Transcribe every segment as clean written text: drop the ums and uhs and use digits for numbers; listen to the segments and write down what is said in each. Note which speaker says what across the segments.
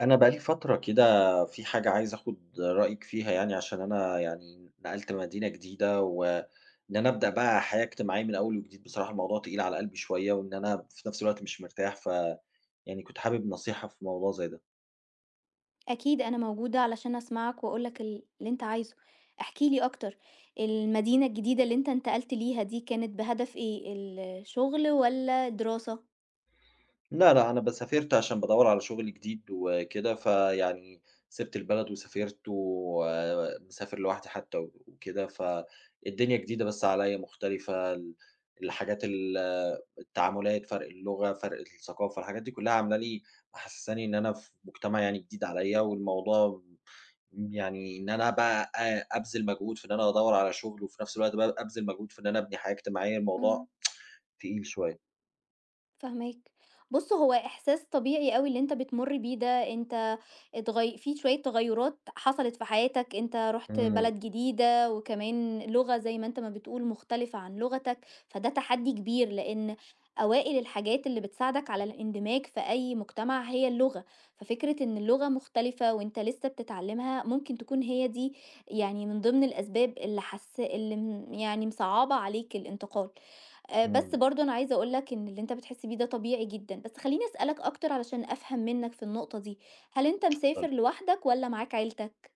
Speaker 1: أنا بقى لي فترة كده. في حاجة عايز آخد رأيك فيها يعني، عشان أنا يعني نقلت مدينة جديدة، وإن أنا أبدأ بقى حياة اجتماعية من أول وجديد. بصراحة الموضوع تقيل على قلبي شوية، وإن أنا في نفس الوقت مش مرتاح، يعني كنت حابب نصيحة في موضوع زي ده.
Speaker 2: أكيد أنا موجودة علشان أسمعك وأقول لك اللي أنت عايزه. احكي لي أكتر. المدينة الجديدة اللي أنت انتقلت ليها دي كانت بهدف إيه، الشغل ولا دراسة؟
Speaker 1: لا، لا، أنا سافرت عشان بادوّر على شغل جديد وكده، فيعني سِبت البلد وسافرت، ومسافر لوحدي حتى وكده، فالدنيا جديدة بس عليّا مختلفة، الحاجات التعاملات، فرق اللغة، فرق الثقافة، الحاجات دي كلّها عاملة لي محسّساني إن أنا في مجتمع يعني جديد عليّا، والموضوع يعني إن أنا بقى أبذل مجهود في إن أنا أدوّر على شغل، وفي نفس الوقت بقى أبذل مجهود في إن أنا أبني حياة اجتماعية، الموضوع تقيل شوية.
Speaker 2: فاهماك. بُص، هو إحساس طبيعي أوي اللي أنت بتمُر بيه ده. أنت اتغي في شوية تغيُّرات حصلت في حياتك. أنت رُحت
Speaker 1: إمم،
Speaker 2: بلد جديدة وكمان لغة زي ما أنت ما بتقول مختلفة عن لغتك، فده تحدّي كبير، لإن أوائل الحاجات اللي بتساعدك على الاندماج في أي مجتمع هي اللغة. ففكرة إن اللغة مختلفة وأنت لسه بتتعلّمها ممكن تكون هي دي يعني من ضمن الأسباب اللي حس اللي م يعني مصعّبة عليك الانتقال. بس
Speaker 1: إمم،
Speaker 2: برضه أنا عايزة أقول لك إن اللي أنت بتحس بيه ده طبيعي جدًا، بس خلّيني أسألك أكتر علشان أفهم منّك في النقطة دي. هل أنت مسافر
Speaker 1: اتفضلي.
Speaker 2: لوحدك والّا معاك عيلتك؟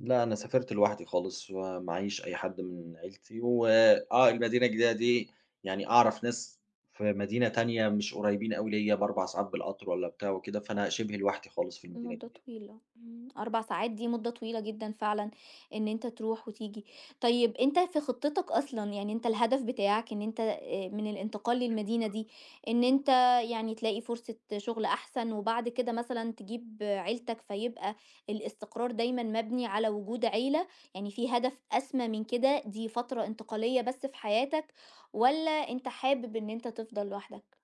Speaker 1: لأ، أنا سافرت لوحدي خالص، ومعيش أي حد من عيلتي، وآه المدينة الجديدة دي يعني أعرف ناس في مدينة تانية مش قريبين أوي ليّا ب4 ساعات بالقطر والّا بتاع وكده، فأنا شِبه لوحدي خالص في المدينة
Speaker 2: مدة
Speaker 1: الجديدة.
Speaker 2: طويلة، 4 ساعات دي مدة طويلة جدًا فعلًا، إن أنت تروح وتيجي. طيب أنت في خطتك أصلًا، يعني أنت الهدف بتاعك إن أنت من الانتقال للمدينة دي، إن أنت يعني تلاقي فرصة شغل أحسن، وبعد كده مثلًا تجيب عيلتك، فيبقى الاستقرار دايمًا مبني على وجود عيلة. يعني في هدف أسمى من كده، دي فترة انتقالية بس في حياتك، والّا أنت حابب إن أنت تفضل لوحدك؟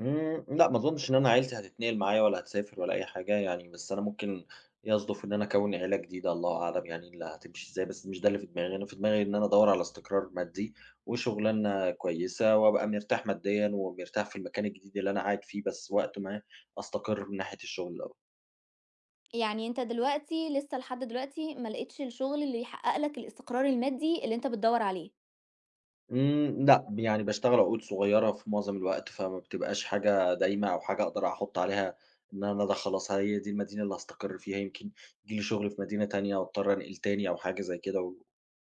Speaker 1: لأ، ما أظنش إن أنا عيلتي هتتنقل معايا ولا هتسافر ولا أي حاجة يعني، بس أنا ممكن يصدف إن أنا أكوّن عيلة جديدة الله أعلم يعني اللي هتمشي إزاي، بس مش ده اللي في دماغي، أنا في دماغي إن أنا أدوّر على استقرار مادي وشُغلانة كويسة وأبقى مرتاح ماديًا ومرتاح في المكان الجديد اللي أنا قاعد فيه، بس وقت ما أستقر من ناحية الشُغل الأول.
Speaker 2: يعني أنت دلوقتي، لسه لحد دلوقتي ما لقيتش الشغل اللي يحقق لك الاستقرار المادي اللي أنت بتدوّر عليه.
Speaker 1: لأ، يعني باشتغل عقود صغيرة في معظم الوقت، فما بتبقاش حاجة دايمة أو حاجة أقدر أحُط عليها إن أنا ده خلاص هي دي المدينة اللي هاستقر فيها، يمكن ييجي لي شغل في مدينة تانية واضطر أنقل تاني أو حاجة زي كده، و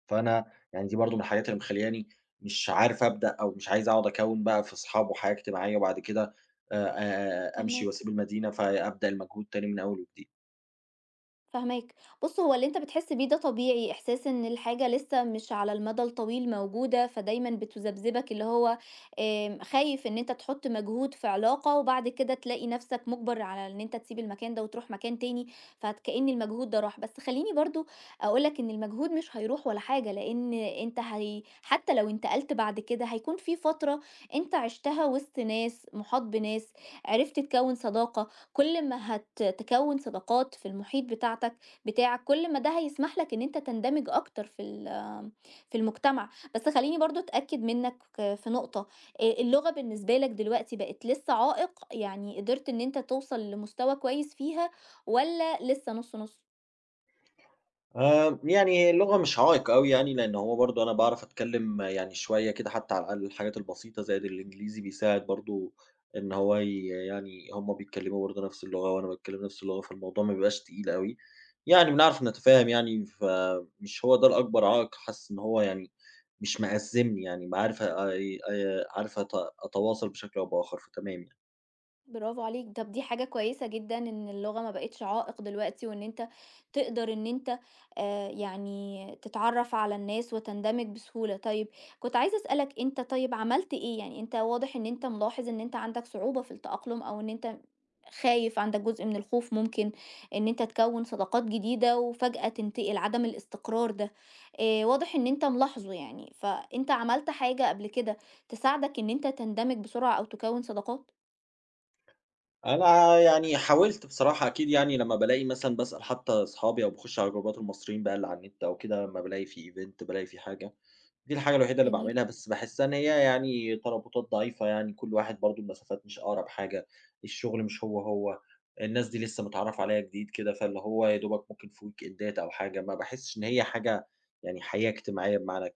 Speaker 1: فأنا يعني دي برضه من الحاجات اللي مخلّياني مش عارف أبدأ أو مش عايز أقعد أكوّن بقى في أصحاب وحياة اجتماعية وبعد كده أمشي
Speaker 2: فاهماك.
Speaker 1: وأسيب المدينة، فأبدأ المجهود تاني من أول وجديد.
Speaker 2: فاهماك. بُص، هو اللي أنت بتحس بيه ده طبيعي، إحساس إن الحاجة لسه مش على المدى الطويل موجودة، فدايمًا بتذبذبك، اللي هو خايف إن أنت تحُط مجهود في علاقة وبعد كده تلاقي نَفْسك مُجبَر على إن أنت تسيب المكان ده وتروح مكان تاني، فكإن المجهود ده راح. بس خلّيني برضه أقول لك إن المجهود مش هيروح ولا حاجة، لإن أنت هي حتى لو انتقلت بعد كده هيكون في فترة أنت عِشتها وسط ناس، مُحاط بناس، عرفت تكوِّن صداقة. كل ما هتكون صداقات في المحيط بتاعك، كل ما ده هيسمح لك ان انت تندمج اكتر في المجتمع. بس خليني برضو اتاكد منك في نقطة، إيه اللغة بالنسبة لك دلوقتي، بقت لسه عائق؟ يعني قدرت ان انت توصل لمستوى كويس فيها ولا لسه نص نص؟
Speaker 1: يعني اللغة مش عائق أوي يعني، لإن هو برضه أنا باعرف أتكلم يعني شوية كده حتى على الأقل الحاجات البسيطة زائد الإنجليزي بيساعد برضه إن هو يعني هم بيتكلموا برضه نفس اللغة وأنا باتكلم نفس اللغة، فالموضوع ما بيبقاش تقيل أوي، يعني بنعرف نتفاهم يعني، فمش هو ده الأكبر عائق، حاسس إن هو يعني مش مأزمني يعني، ب عارف عارف أتواصل بشكل أو بآخر، فتمام يعني.
Speaker 2: برافو عليك. طب دي حاجة كويسة جدًا إن اللغة ما بقِتش عائق دلوقتي، وإن أنت تقدر إن أنت يعني تتعرّف على الناس وتندمج بسهولة. طيب كنت عايزة أسألك، أنت طيب عملت إيه؟ يعني أنت واضح إن أنت ملاحظ إن أنت عندك صعوبة في التأقلم، أو إن أنت خايف. عندك جزء من الخوف ممكن إن أنت تكوّن صداقات جديدة وفجأة تنتقل، عدم الاستقرار ده. واضح إن أنت ملاحظه يعني. فأنت عملت حاجة قبل كده تساعدك إن أنت تندمج بسرعة أو تكوّن صداقات؟
Speaker 1: أنا يعني حاولت بصراحة أكيد يعني لمّا بالاقي مثلًا باسأل حتى أصحابي أو باخش على جروبات المصريين بقى اللي على النت أو كده لمّا بالاقي في event بالاقي في حاجة، دي الحاجة الوحيدة اللي
Speaker 2: جميل.
Speaker 1: باعملها بس باحسّها إن هي يعني ترابطات ضعيفة يعني كل واحد برضه المسافات مش أقرب حاجة، الشغل مش هو، هو، الناس دي لسه متعرّف عليها جديد كده، فاللي هو يا دوبك ممكن في ويكندات أو حاجة، ما باحسّش إن هي حاجة يعني حياة اجتماعية بمعنى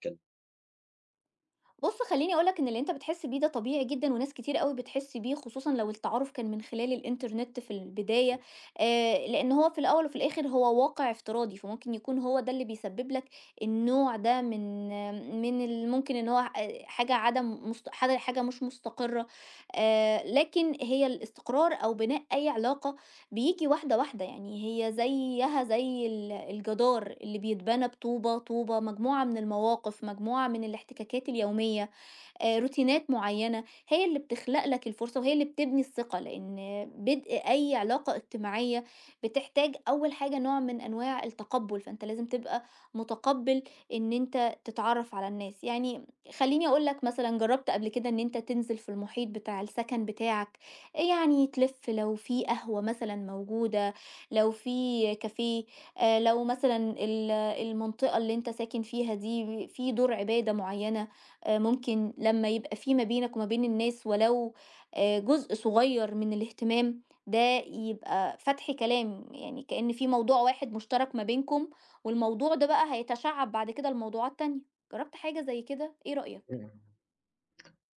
Speaker 2: بُص، خلّيني أقول لك إن اللي أنت بتحس بيه ده طبيعي جدًا، وناس كتير أوي بتحس بيه، خصوصًا لو التعارُف كان من خلال الإنترنت في البداية، لإن هو في الأول وفي الآخر هو واقع افتراضي. فممكن يكون هو ده اللي بيسبب لك النوع ده من من ال ممكن إن هو حاجة عدم مست حاجة مش مستقرة. لكن هي الاستقرار أو بناء أي علاقة بييجي واحدة واحدة، يعني هي زيها زي الجدار اللي بيتبنى بطوبة طوبة، مجموعة من المواقف، مجموعة من الاحتكاكات اليومية، روتينات معيّنة، هي اللي بتخلق لك الفرصة وهي اللي بتبني الثقة. لإن بدء أي علاقة اجتماعية بتحتاج أول حاجة نوع من أنواع التقبُّل، فأنت لازم تبقى متقبِّل إن أنت تتعرّف على الناس. يعني خلّيني أقول لك مثلًا، جرّبت قبل كده إن أنت تنزل في المحيط بتاع السكن بتاعك؟ يعني تلِف لو في قهوة مثلًا موجودة، لو في كافيه، لو مثلًا المنطقة اللي أنت ساكن فيها دي في دور عبادة معيّنة. ممكن لما يبقى في ما بينك وما بين الناس ولو جزء صغير من الاهتمام ده، يبقى فتح كلام. يعني كأن في موضوع واحد مشترك ما بينكم، والموضوع ده بقى هيتشعب بعد كده لموضوعات تانية. جربت حاجة زي كده، ايه رأيك؟
Speaker 1: الكلمة.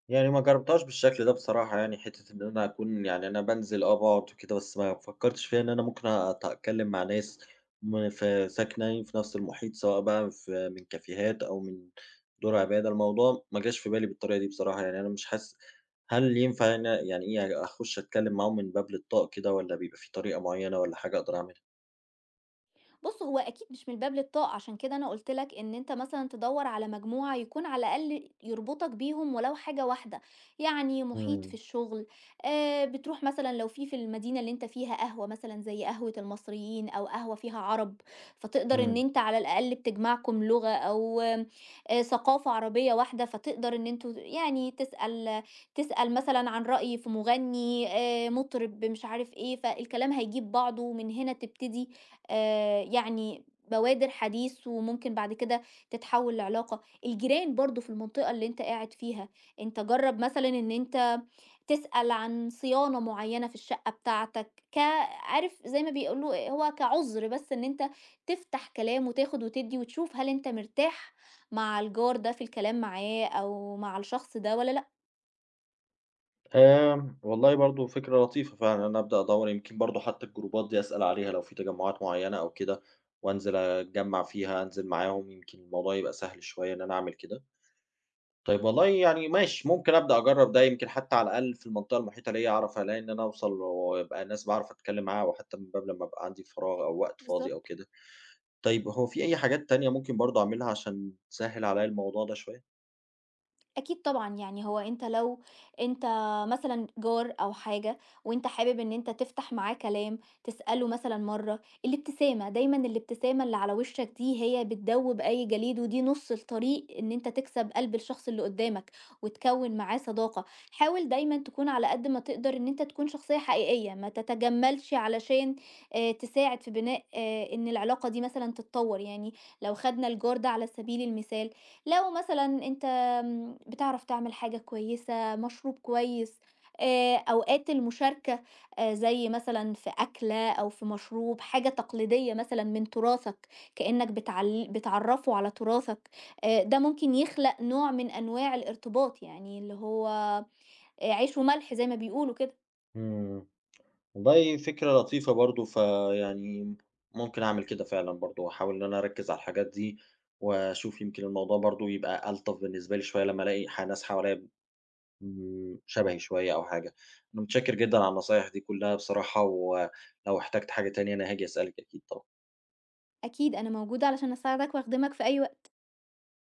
Speaker 1: يعني ما جرّبتهاش بالشكل ده بصراحة يعني، حتّة إن أنا أكون يعني أنا بانزل باقعد وكده، بس ما فكّرتش فيها إن أنا ممكن أتكلّم مع ناس في ساكنين في نفس المحيط، سواء بقى في من كافيهات أو من دور عبادة، الموضوع ما جاش في بالي بالطريقة دي بصراحة، يعني أنا مش حاسس هل ينفع إن يعني إيه، أخُش أتكلّم معاهم من باب للطاق كده والّا بيبقى في طريقة معيّنة والّا حاجة أقدر أعملها؟
Speaker 2: بُص، هو أكيد مش من باب للطاقة، عشان كده أنا قُلت لك إن أنت مثلًا تدوّر على مجموعة يكون على الأقل يربطك بيهم ولو حاجة واحدة، يعني محيط في
Speaker 1: إمم،
Speaker 2: الشغل. بتروح مثلًا لو في المدينة اللي أنت فيها قهوة مثلًا زي قهوة المصريين أو قهوة فيها عرب، فتقدر إن
Speaker 1: إمم.
Speaker 2: أنت على الأقل بتجمعكم لغة أو ثقافة عربية واحدة. فتقدر إن أنتم يعني تسأل مثلًا عن رأي في مغني، مطرب، مش عارف إيه. فالكلام هيجيب بعضه، ومن هنا تبتدي يعني بوادر حديث، وممكن بعد كده تتحول لعلاقة. الجيران برضو في المنطقة اللي انت قاعد فيها، انت جرب مثلا ان انت تسأل عن صيانة معينة في الشقة بتاعتك، كعارف زي ما بيقولوا، هو كعذر، بس ان انت تفتح كلام وتاخد وتدي وتشوف هل انت مرتاح مع الجار ده في الكلام معاه، او مع الشخص ده ولا لا.
Speaker 1: والله برضه فكرة لطيفة فعلًا، أنا أبدأ أدوّر يمكن برضه حتى الجروبات دي أسأل عليها لو في تجمعات معيّنة أو كده، وأنزل أتجمّع فيها، أنزل معاهم، يمكن الموضوع يبقى سهل شوية إن أنا أعمل كده. طيب والله يعني ماشي، ممكن أبدأ أجرّب ده يمكن حتى على الأقل في المنطقة المحيطة ليّا أعرف ألاقي إن أنا أوصل ويبقى ناس باعرف أتكلّم معاها، وحتى من باب لمّا أبقى عندي فراغ أو وقت فاضي أو
Speaker 2: بالظبط.
Speaker 1: كده. طيب هو في أي حاجات تانية ممكن برضه أعملها عشان تسهّل عليّا الموضوع ده شوية؟
Speaker 2: أكيد طبعًا. يعني هو أنت لو أنت مثلًا جار أو حاجة، وأنت حابب إن أنت تفتح معاه كلام، تسأله مثلًا مرّة. الابتسامة، دايمًا الابتسامة اللي على وشّك دي هي بتدوّب أي جليد، ودي نُص الطريق إن أنت تكسب قلب الشخص اللي قدّامك، وتكوّن معاه صداقة. حاول دايمًا تكون على قد ما تقدر إن أنت تكون شخصية حقيقية، ما تتجمّلش علشان تساعد في بناء، إن العلاقة دي مثلًا تتطوّر. يعني لو خدنا الجار ده على سبيل المثال، لو مثلًا أنت بتعرف تعمل حاجة كويسة، مشروب كويس، أوقات المشاركة، زي مثلًا في أكلة أو في مشروب، حاجة تقليدية مثلًا من تراثك، كإنك بتعرّفه على تراثك. ده ممكن يخلق نوع من أنواع الارتباط، يعني اللي هو عيش وملح زي ما بيقولوا كده.
Speaker 1: إمم. والله فكرة لطيفة برضه، فيعني ممكن أعمل كده فعلًا برضه، وأحاول إن أنا أركّز على الحاجات دي، وأشوف يمكن الموضوع برضه يبقى ألطف بالنسبة لي شوية لمّا ألاقي ناس حواليّا شبهي شوية أو حاجة. أنا متشكر جدًا على النصايح دي كلّها بصراحة، ولو احتجت حاجة تانية أنا هاجي أسألِك أكيد طبعًا.
Speaker 2: أكيد أنا موجودة علشان أساعدك وأخدمك في أي وقت.